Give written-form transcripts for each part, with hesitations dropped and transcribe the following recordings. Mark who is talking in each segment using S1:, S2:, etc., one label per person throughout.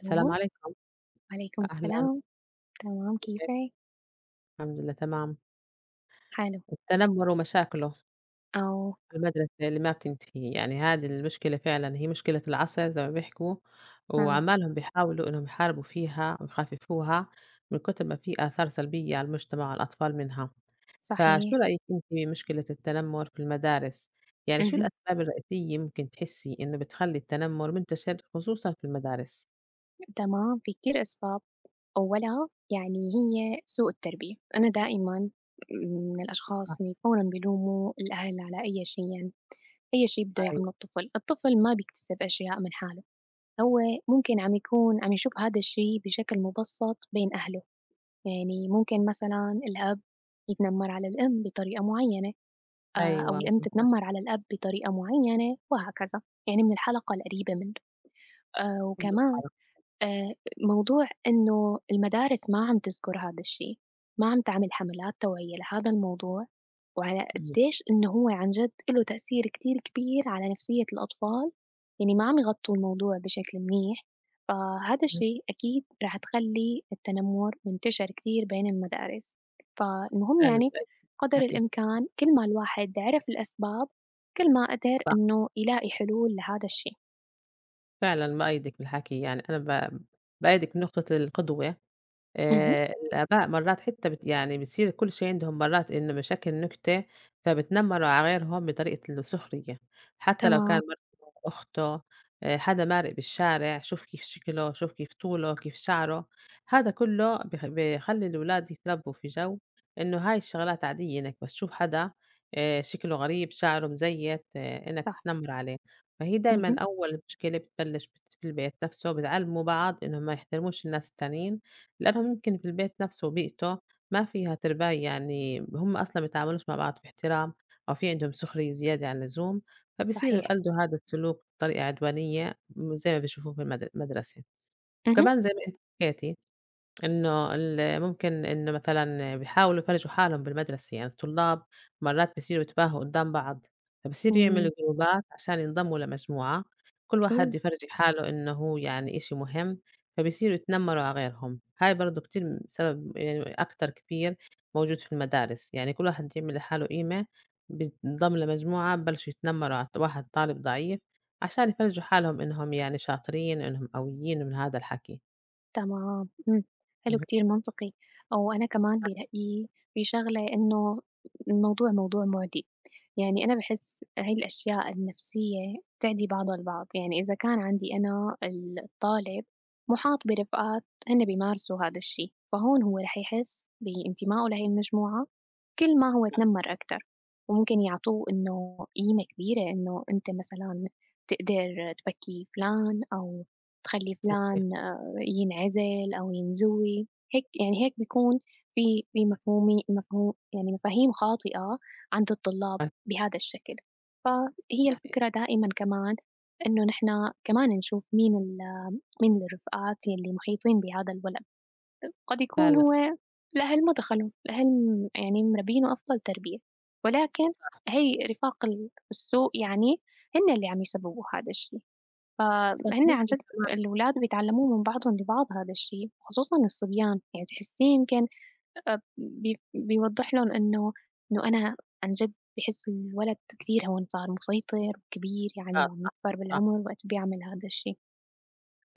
S1: السلام عليكم،
S2: وعليكم
S1: أهلًا
S2: السلام، تمام
S1: كيفك؟
S2: كيفِك؟
S1: الحمد لله تمام.
S2: حلو،
S1: التنمُّر ومشاكله
S2: آه،
S1: في المدرسة اللي ما بتنتهي، يعني هذه المشكلة فعلًا هي مشكلة العصر زي ما بيحكوا،
S2: نعم،
S1: وعمّالهم بيحاولوا إنهم يحاربوا فيها ويخففوها من كتر ما في آثار سلبية على المجتمع والأطفال منها. فشو
S2: صحيح،
S1: رأيِك أنتِ بمشكلة التنمُّر في المدارس؟ يعني شو
S2: اهم،
S1: الأسباب الرئيسية ممكن تحسّي إنه بتخلّي التنمُّر منتشر خصوصًا في المدارس؟
S2: تمام، في كتير أسباب، أولها يعني هي سوء التربية، أنا دائمًا من
S1: صح،
S2: الأشخاص اللي فورًا بيلوموا الأهل على أي شي يعني، أي شي بده
S1: أيوه،
S2: يعمله الطفل، الطفل ما بيكتسب أشياء من حاله، هو ممكن عم يشوف هذا الشي بشكل مبسّط بين أهله، يعني ممكن مثلًا الأب يتنمر على الأم بطريقة معينة. أو
S1: أيوه
S2: لأن
S1: بالضبط،
S2: تتنمّر على الأب بطريقة معيّنة وهكذا، يعني من الحلقة القريبة منه.
S1: هم
S2: وكمان
S1: أصحابك.
S2: آآ موضوع إنه المدارس ما عم تذكر هذا الشي، ما عم تعمل حملات توعية لهذا الموضوع، وعلى
S1: إمم،
S2: قديش إنه هو عن جد إله تأثير كتير كبير على نفسية الأطفال، يعني ما عم يغطّوا الموضوع بشكل منيح. آه، هذا
S1: اهم،
S2: الشيء أكيد راح تخلي التنمر منتشر كتير بين المدارس، فالمهم
S1: فعلًا
S2: يعني قدر
S1: أوكي.
S2: الإمكان كل ما الواحد عرف الأسباب كل ما قدر إنه يلاقي حلول لهذا الشيء.
S1: فعلًا بأيّدِك في الحكي، يعني أنا بأيّدِك من نقطة القدوة.
S2: مهم.
S1: الآباء مرّات حتى يعني بتصير كل شيء عندهم مرّات إنه مشاكل نكتة، فبتنمّروا على غيرهم بطريقة السخرية، حتى لو كان
S2: تمام.
S1: مرته، أخته، حدا مارق بالشارع، شوف كيف شكله، شوف كيف طوله، كيف شعره، هذا كله بيخلّي الولاد يتربّوا في جو إنه هاي الشغلات عادية إنك بس تشوف حدا شكله غريب، شعره مزيّت، إنك
S2: صح.
S1: تتنمّر عليه، فهي دايمًا
S2: مهم.
S1: أول مشكلة بتبلش في البيت نَفْسه، بتعلّموا بعض إنهم ما يحترموش الناس التانيين لأنها ممكن في البيت نَفْسه وبيئته ما فيها ترباية يعني هم أصلًا ما بيتعاملوش مع بعض في احترام أو في عندهم سخرية زيادة عن اللزوم، فبصيروا
S2: صحيح.
S1: يقلدوا هذا السلوك بطريقة عدوانية زي ما بيشوفوه في المدرسة.
S2: مهم.
S1: وكمان زي ما أنتِ حكيتِ إنه ممكن إنه مثلًا بيحاولوا يفرجوا حالهم بالمدرسة، يعني الطلاب مرّات بصيروا يتباهوا قدّام بعض، فبصيروا
S2: مم.
S1: يعملوا جروبات عشان ينضموا لمجموعة، كل واحد يفرجي حاله إنه هو يعني إشي مهم، فبصيروا يتنمروا على غيرهم، هاي برضه كتير سبب يعني أكتر كبير موجود في المدارس، يعني كل واحد يعمل لحاله قيمة، بينضم لمجموعة ببلشوا يتنمروا على واحد طالب ضعيف، عشان يفرجوا حالهم إنهم يعني شاطرين، إنهم قويين، من هذا الحكي.
S2: تمام، حلو كتير منطقي، وأنا كمان برأيي في شغلة إنه الموضوع موضوع مُعدي، يعني أنا باحس هاي الأشياء النفسية بتعدي بعضها البعض، يعني إذا كان عندي أنا الطالب مُحاط برفقات هن بيمارسوا هذا الشي، فهون هو رح يحس بانتمائه لهي المجموعة كل ما هو اتنمر أكتر، وممكن يعطوه إنه قيمة كبيرة إنه أنت مثلًا تقدر تبكّي فلان أو تخلّي فلان ينعزل أو ينزوي، هيك يعني هيك بيكون في مفهومي مفهوم يعني مفاهيم خاطئة عند الطلاب بهذا الشكل، فهي
S1: اهم.
S2: الفكرة دائما كمان إنه نحن كمان نشوف مين الرفقات يلي محيطين بهذا الولد، قد يكون
S1: فعلًا
S2: هو الأهل ما دخلوا، الأهل يعني مربينه أفضل تربية، ولكن هي رفاق السوء، يعني هن اللي عم يسببوا هذا الشيء،
S1: صح
S2: فهن عن
S1: ممكن
S2: جد الولاد بيتعلموه من بعضهم لبعض هذا الشيء، خصوصًا الصبيان، يعني تحسّيه يمكن بيوضّح لهم إنه أنا عن جد باحس الولد كتير هون صار مسيطر وكبير، يعني
S1: صعب
S2: وعم يكبر
S1: صح
S2: بالعمر وقت بيعمل هذا الشيء.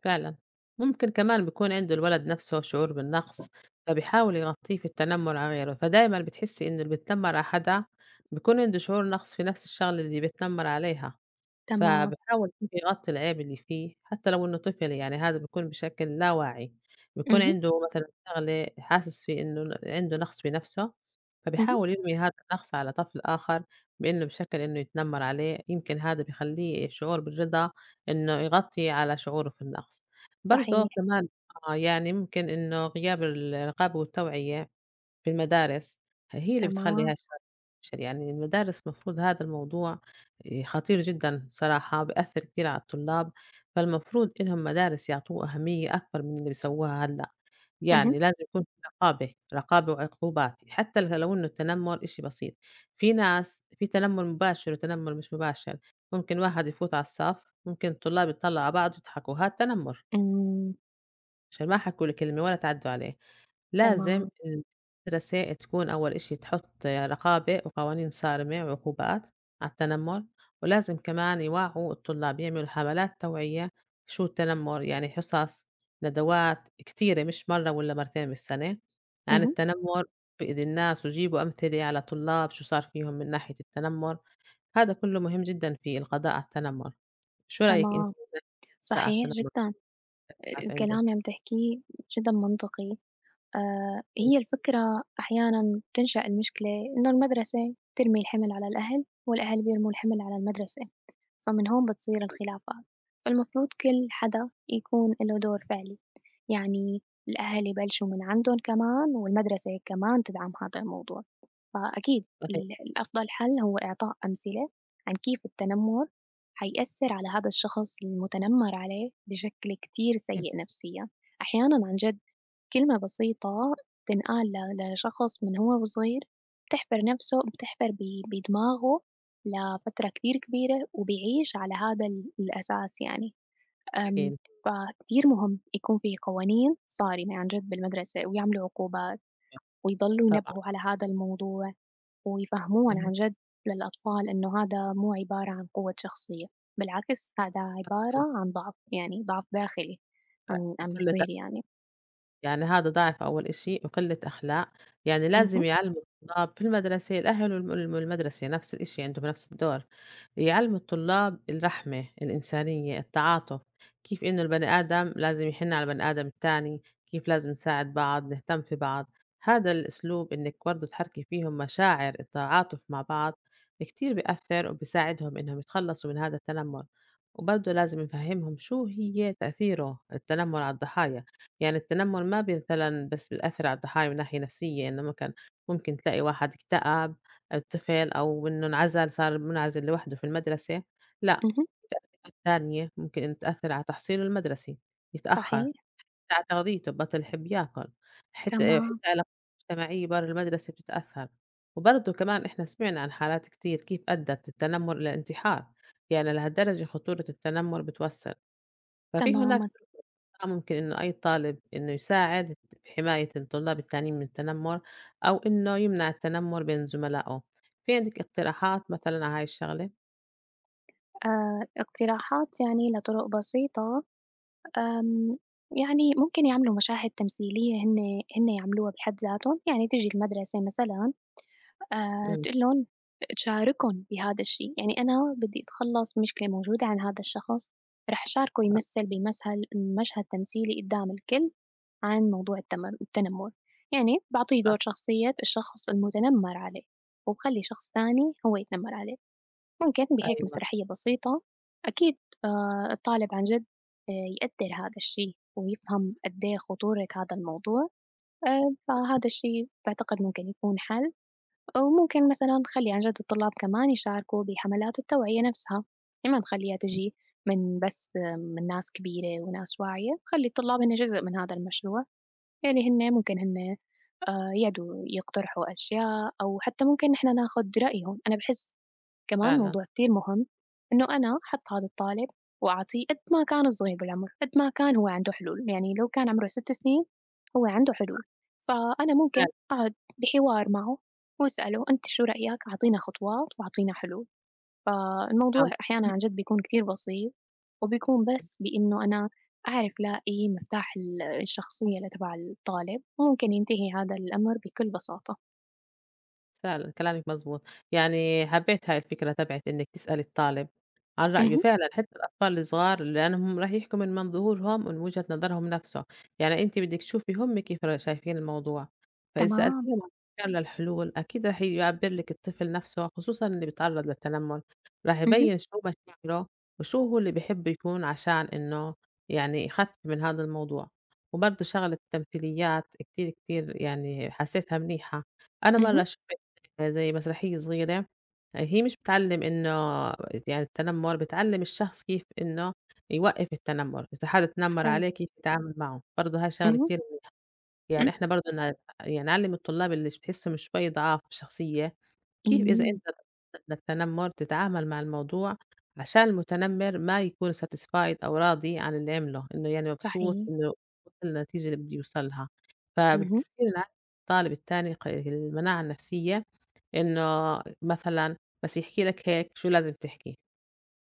S1: فعلًا، ممكن كمان بيكون عند الولد نَفْسه شعور بالنقص، فبيحاول يغطّيه في التنمُّر على غيره، فدايمًا بتحسّي إنه اللي بيتنمّر على حدا بيكون عنده شعور نقص في نَفْس الشغلة اللي بيتنمّر عليها.
S2: تمام.
S1: فباحاول كده أغطّي العيب اللي فيه، حتى لو إنه طفل يعني هذا بيكون بشكل لا واعي، بيكون
S2: اهم،
S1: عنده مثلًا شغلة حاسس في إنه عنده نقص في نَفْسه،
S2: اهم،
S1: فبيحاول يرمي هذا النقص على طفل آخر بإنه بشكل إنه يتنمّر عليه، يمكن هذا بيخلّيه شعور بالرضا إنه يغطّي على شعوره في النقص.
S2: صحيح،
S1: برضه كمان آه، يعني ممكن إنه غياب الرقابة والتوعية في المدارس، هي اللي
S2: تمام،
S1: بتخلّيها شر. يعني المدارس المفروض هذا الموضوع خطير جدًا صراحة، بيأثّر كتير على الطلاب، فالمفروض إنهم مدارس يعطوه أهمية أكبر من اللي بيسووها هلّأ،
S2: اهم،
S1: يعني لازم يكون في رقابة، رقابة وعقوبات، حتى لو إنه التنمر إشي بسيط، في ناس في تنمر مباشر وتنمر مش مباشر، ممكن واحد يفوت على الصف، ممكن الطلاب يتطلّعوا على بعض ويضحكوا، هاد تنمر،
S2: إمم،
S1: عشان ما حكوا له كلمة ولا تعدّوا عليه. لازم
S2: تمام،
S1: المدرسة تكون أول إشي تحط رقابة وقوانين صارمة وعقوبات على التنمر ولازم كمان يوعوا الطلاب يعملوا حملات توعية شو التنمر يعني حصص ندوات كتيرة مش مرة ولا مرتين بالسنة عن
S2: اهم،
S1: التنمر بإيد الناس وجيبوا أمثلة على طلاب شو صار فيهم من ناحية التنمر هذا كله مهم جدا في القضاء على التنمر شو رأيك أنت
S2: تمام،
S1: في القضاء على
S2: صحيح
S1: التنمر
S2: جدًا.
S1: كانت
S2: الكلام
S1: عندك؟
S2: اللي عم تحكيه جدًا منطقي.
S1: مم،
S2: هي الفكرة أحيانًا تنشأ المشكلة إنه المدرسة ترمي الحِمل على الأهل، والأهل بيرموا الحِمل على المدرسة، فمن هون بتصير الخلافات، فالمفروض كل حدا يكون له دور فعلي، يعني الأهل يبلشوا من عندهم كمان، والمدرسة كمان تدعم هذا الموضوع، فأكيد
S1: صحيح
S2: الأفضل حل هو إعطاء أمثلة عن كيف التنمر حيأثّر على هذا الشخص المُتنمّر عليه بشكل كتير سيء نفسيًا، أحيانًا عن جد كلمة بسيطة تنقال لشخص من هو وصغير، بتحفر نفسه، بتحفر ب بدماغه لفترة كتير كبيرة، وبيعيش على هذا الأساس يعني. آمم،
S1: أكيد
S2: فكتير مهم يكون في قوانين صارمة عن جد بالمدرسة، ويعملوا عقوبات، ويضلوا
S1: طبعا
S2: ينبهوا على هذا الموضوع، ويفهمون
S1: مهم.
S2: عن جد للأطفال إنه هذا مو عبارة عن قوة شخصية، بالعكس هذا عبارة عن ضعف، يعني ضعف داخلي عم
S1: وكله
S2: يصير يعني.
S1: يعني هذا ضعف أول إشي وقلة أخلاق، يعني
S2: اهم،
S1: لازم يعلّموا الطلاب في المدرسة الأهل والمدرسة نفس الإشي عندهم نفس الدور، يعلّموا الطلاب الرحمة، الإنسانية، التعاطف، كيف إنه البني آدم لازم يحن على البني آدم التاني، كيف لازم نساعد بعض، نهتم في بعض، هذا الأسلوب إنِّك برضه تحركي فيهم مشاعر التعاطف مع بعض كتير بيأثّر وبيساعدهم إنهم يتخلّصوا من هذا التنمر، وبرضه لازم نفهّمهم شو هي تأثيره التنمر على الضحايا. يعني التنمّر ما بي مثلًا بس بيأثّر على الضحايا من ناحية نفسية، إنّما كان ممكن تلاقي واحد اكتئب، أو طفل أو إنه انعزل صار منعزل لوحده في المدرسة، لأ
S2: اهم،
S1: التانية ممكن إنه تأثّر على تحصيله المدرسي، يتأخّر،
S2: صحيح.
S1: على تغذيته بطل يحب ياكل، حتى
S2: تمام.
S1: علاقاته الاجتماعية برّا المدرسة بتتأثّر، وبرضه كمان إحنا سمعنا عن حالات كتير كيف أدّت التنمّر إلى انتحار، يعني لهالدرجة خطورة التنمّر بتوصّل، ففي هناك
S2: تمامًا.
S1: آه، ممكن إنه أي طالب إنه يساعد في حماية الطلاب التانيين من التنمر أو إنه يمنع التنمر بين زملائه، في عندِك اقتراحات مثلًا على هاي الشغلة؟
S2: اقتراحات يعني لطرق بسيطة. آمم، يعني ممكن يعملوا مشاهد تمثيلية هن يعملوها بحد ذاتهم، يعني تيجي المدرسة مثلًا
S1: إمم،
S2: تقول لهم، تشاركهم بهذا الشيء، يعني أنا بدي أتخلص من مشكلة موجودة عند هذا الشخص، رح شاركه يمثل بمسهل مشهد تمثيلي قدّام الكل عن موضوع التنمر، يعني باعطيه دور شخصية الشخص المتنمر عليه، وباخلي شخص تاني هو يتنمر عليه. ممكن بهيك
S1: أيوه،
S2: مسرحية بسيطة أكيد الطالب عن جد آه، يقدر هذا الشيء ويفهم قد إيه خطورة هذا الموضوع. فهذا الشيء بعتقد ممكن يكون حل، وممكن مثلا نخلي عن جد الطلاب كمان يشاركوا بحملات التوعية نفسها لما نخليها تجي من بس آه، من ناس كبيرة وناس واعية، خلي الطلاب هن جزء من هذا المشروع، يعني ممكن هن يقعدوا يقترحوا أشياء، أو حتى ممكن نحن ناخد رأيهم. أنا بحس كمان
S1: فعلًا،
S2: موضوع كتير مهم إنه أنا أحط هذا الطالب وأعطيه، قد ما كان صغير بالعمر قد ما كان هو عنده حلول، يعني لو كان عمره 6 سنين هو عنده حلول، فأنا
S1: فعلًا،
S2: ممكن بحوار معه وأسأله أنت شو رأيك، أعطينا خطوات وأعطينا حلول، فالموضوع أحيانا عن
S1: آه.
S2: جد بيكون كتير بسيط، وبيكون بس بإنه أنا أعرف لاقي مفتاح الشخصية لتبع الطالب، وممكن ينتهي هذا الأمر بكل بساطة.
S1: فعلًا كلامِك مضبوط، يعني حبيت هاي الفكرة تبعِت إنِّك تسألي الطالب عن رأيه،
S2: مهم.
S1: فعلًا حتى الأطفال الصغار لأنهم راح يحكوا من منظورهم ومن وجهة نظرهم نفسه، يعني أنتِ بدِّك تشوفي هم كيف شايفين الموضوع، فإذا
S2: تمام.
S1: سألتيهم عن فعلًا الحلول أكيد راح يعبّر لِك الطفل نفسه، خصوصًا اللي بيتعرّض للتنمر، راح
S2: مهم.
S1: يبيّن شو مشاعره وشو هو اللي بيحب يكون عشان إنه يعني يخفف من هذا الموضوع، وبرضه شغلة التمثيليات كتير، كتير يعني حسيتها منيحة، أنا
S2: مهم.
S1: مرّة زي مسرحية صغيرة، آه، هي مش بتعلّم إنه يعني التنمر، بتعلّم الشخص كيف إنه يوقّف التنمر، إذا حدا اتنمر
S2: حلو.
S1: عليه كيف يتعامل معه، برضه هاي شغلة
S2: مهم.
S1: كتير
S2: مم.
S1: يعني إحنا برضه يعني نعلّم الطلاب اللي بتحسّهم شوي ضعاف شخصية، كيف إذا
S2: مم.
S1: أنت ضد التنمر تتعامل مع الموضوع عشان المتنمر ما يكون satisfied أو راضي عن اللي عمله، إنه يعني مبسوط
S2: صحيح.
S1: إنه وصل للنتيجة اللي بده يوصل لها،
S2: اهم،
S1: فبتصير الطالب التاني المناعة النفسية إنه مثلًا بس يحكي لك هيك شو لازم تحكي،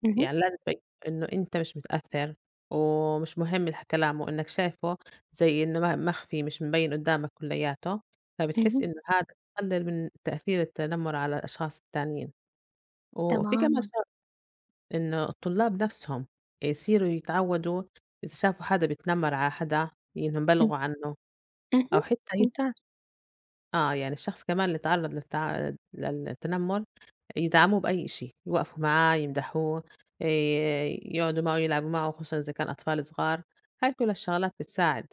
S2: اهم،
S1: يعني لازم تبيّن إنه أنت مش متأثّر ومش مهم كلامه، إنّك شايفه زي إنه مخفي مش مبيّن قدّامك كلّياته، فبتحس
S2: اهم،
S1: إنه هذا بقلل من تأثير التنمر على الأشخاص التانيين، وفي كمان
S2: تمامًا.
S1: إنه الطلاب نَفْسهم يصيروا يتعوّدوا إذا شافوا حدا بيتنمر على حدا إنهم
S2: إمم،
S1: يبلغوا عنّه أو
S2: اهم،
S1: حتى
S2: ممتاز،
S1: آه، يعني الشخص كمان اللي اتعرّض للتنمر يدعموه بأي شيء، يوقفوا معاه، يمدحوه، آآ يقعدوا معه، يلعبوا معه، خصوصًا إذا كان أطفال صغار، هاي كل الشغلات بتساعد.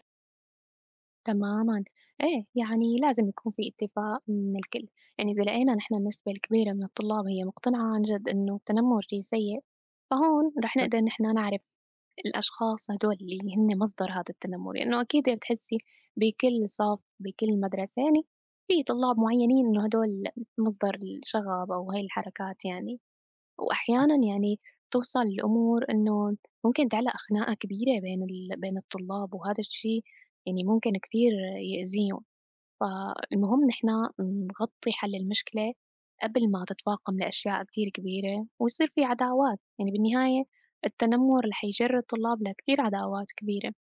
S2: تمامًا. إيه، يعني لازم يكون في اتفاق من الكل، يعني إذا لقينا نحن النسبة الكبيرة من الطلاب هي مقتنعة عن جد إنه التنمر شي سيء، فهون رح
S1: بس
S2: نقدر نحن نعرف الأشخاص هدول اللي هن مصدر هذا التنمر، لإنه أكيد بتحسي بكل صف، بكل مدرسة يعني في طلاب معينين إنه هدول مصدر الشغب أو هاي الحركات يعني. وأحيانًا يعني توصل الأمور إنه ممكن تعلق خناقة كبيرة بين الطلاب، وهذا الشي يعني ممكن كتير يأذيهم، فالمهم نحن نغطي حل المشكلة قبل ما تتفاقم لأشياء كتير كبيرة ويصير في عداوات، يعني بالنهاية التنمر رح يجر الطلاب لكتير عداوات كبيرة.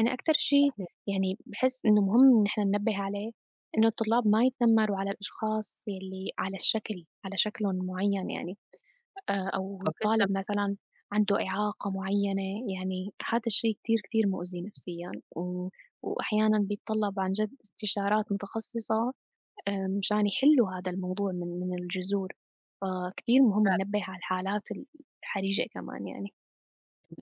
S2: أنا أكتر شي يعني باحس إنه مهم نحن ننبه عليه إنه الطلاب ما يتنمروا على الأشخاص يلّي على شكلٌ معين يعني. أو
S1: أو حتى
S2: طالب مثلًا عنده إعاقة معيّنة، يعني هذا الشي كتير، كتير مؤذي نفسيًا، و وأحيانًا بيتطلّب عن جد استشارات متخصصة مشان يحلّوا هذا الموضوع من الجذور، فكتير مهم ننبّه على الحالات الحرجة كمان يعني.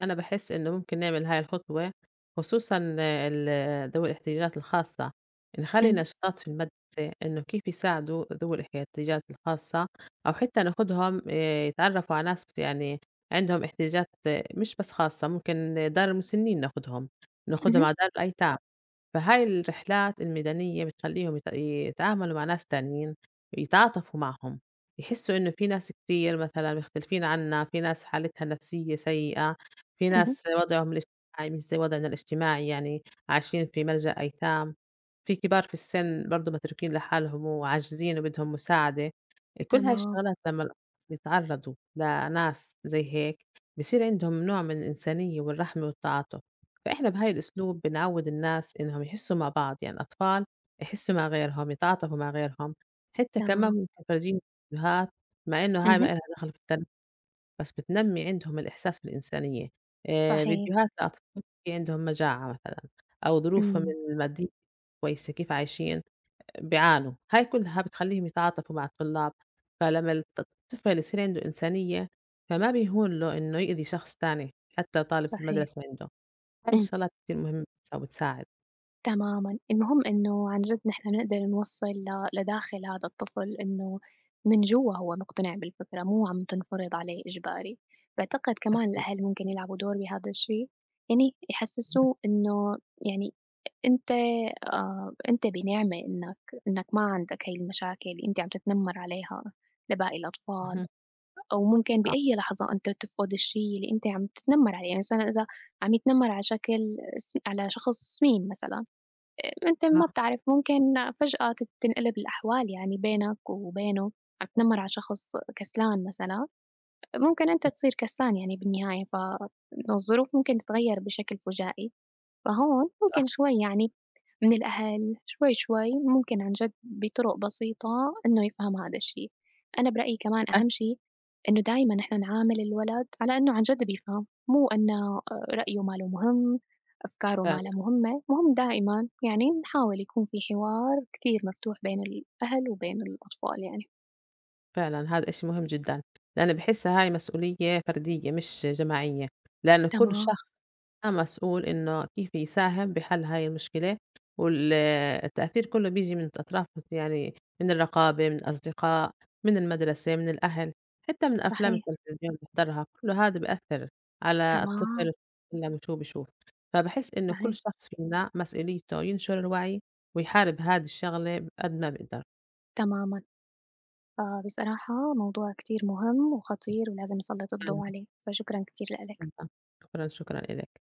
S1: أنا باحس إن ممكن نعمل هاي الخطوة خصوصًا ذوي الاحتياجات الخاصة، نخلّي
S2: إمم،
S1: نشاطات في المدرسة إنه كيف يساعدوا ذوي الاحتياجات الخاصة، أو حتى ناخدهم يتعرّفوا على ناس يعني عندهم احتياجات آه، مش بس خاصة، ممكن دار المسنين ناخدهم، ناخدهم
S2: اهم،
S1: على دار الأيتام. فهاي الرحلات الميدانية بتخلّيهم يتعاملوا مع ناس تانيين، يتعاطفوا معهم، يحسّوا إنه في ناس كتير مثلًا مختلفين عنا، في ناس حالتها النفسية سيئة، في
S2: اهم،
S1: ناس وضعهم الاجتماعي مش زي وضعنا الاجتماعي يعني عايشين في ملجأ أيتام، في كبار في السن برضه متروكين لحالهم وعاجزين وبدهم مساعدة، كل هاي
S2: تمام،
S1: الشغلات لمّا الأطفال يتعرّضوا لناس زي هيك بصير عندهم نوع من الإنسانية والرحمة والتعاطف. فإحنا بهاي الأسلوب بنعوّد الناس إنهم يحسّوا مع بعض، يعني الأطفال يحسّوا مع غيرهم، يتعاطفوا مع غيرهم، حتّى كمان
S2: تمام،
S1: ممكن فرجيهم فيديوهات مع إنه هاي ما
S2: اهم،
S1: إلها دخل في التربية بس بتنمّي عندهم الإحساس بالإنسانية،
S2: صحيح،
S1: فيديوهات لأطفال في عندهم مجاعة مثلًا أو ظروفهم
S2: إمم،
S1: المادية كويسة كيف عايشين، بيعانوا، هاي كلّها بتخلّيهم يتعاطفوا مع الطلاب، فلمّا الطفل يصير عنده إنسانية فما بيهون له إنه يأذي شخص تاني حتّى طالب في
S2: صحيح،
S1: المدرسة عنده. هاي
S2: إمم.
S1: الشغلات كتير مهمة بتساعد
S2: تمامًا، المهم إنه عن جد نحن نقدر نوصّل لداخل هذا الطفل إنه من جوا هو مقتنع بالفكرة، مو عم تنفرض عليه إجباري، باعتقد كمان
S1: أكيد.
S2: الأهل ممكن يلعبوا دور بهذا الشي، يعني يحسسوه إنه يعني أنت أنت بنعمة إنك ما عندك هاي المشاكل، اللي أنت عم تتنمّر عليها لباقي
S1: اهم،
S2: الأطفال،
S1: اهم،
S2: أو ممكن
S1: صح،
S2: بأي لحظة أنت تفقد الشي اللي أنت عم تتنمّر عليه، يعني مثلًا إذا عم يتنمّر على شكل س على شخص سمين مثلًا. أنت ما
S1: أهم
S2: بتعرف ممكن فجأة تنقلب الأحوال يعني بينك وبينه، عم تنمّر على شخص كسلان مثلًا، ممكن أنت تصير كسلان يعني بالنهاية، فالظروف ممكن تتغيّر بشكل فجائي. فهون ممكن
S1: صح،
S2: شوي يعني من الأهل شوي شوي ممكن عن جد بطرق بسيطة إنه يفهم هذا الشي. أنا برأيي كمان
S1: أكيد
S2: أهم شي إنه دايما إحنا نعامل الولد على إنه عن جد بيفهم، مو إنه رأيه ماله مهم، أفكاره ماله
S1: فعلًا.
S2: مهمة، مهم دائما يعني نحاول يكون في حوار كتير مفتوح بين الأهل وبين الأطفال يعني.
S1: فعلًا هذا إشي مهم جدًا، لأن باحسها هاي مسؤولية فردية مش جماعية، لأن كل
S2: تمام.
S1: شخص مسؤول إنه كيف يساهم بحل هاي المشكلة، وال التأثير كله بيجي من أطراف يعني من الرقابة، من الأصدقاء، من المدرسة، من الأهل، حتى من أفلام
S2: صحيح.
S1: التلفزيون بنحضرها، كل هذا بيأثر على
S2: تمام.
S1: الطفل لمّا شو بيشوف، فباحس إنه كل
S2: صحيح.
S1: شخص فينا مسؤوليته ينشر الوعي ويحارب هذه الشغلة قد ما بيقدر،
S2: تماما. آه، بصراحة موضوع كتير مهم وخطير ولازم أسلط
S1: فعلًا
S2: الضوء عليه، فشكرا كتير لك
S1: فعلًا، شكرًا، شكرًا إلك.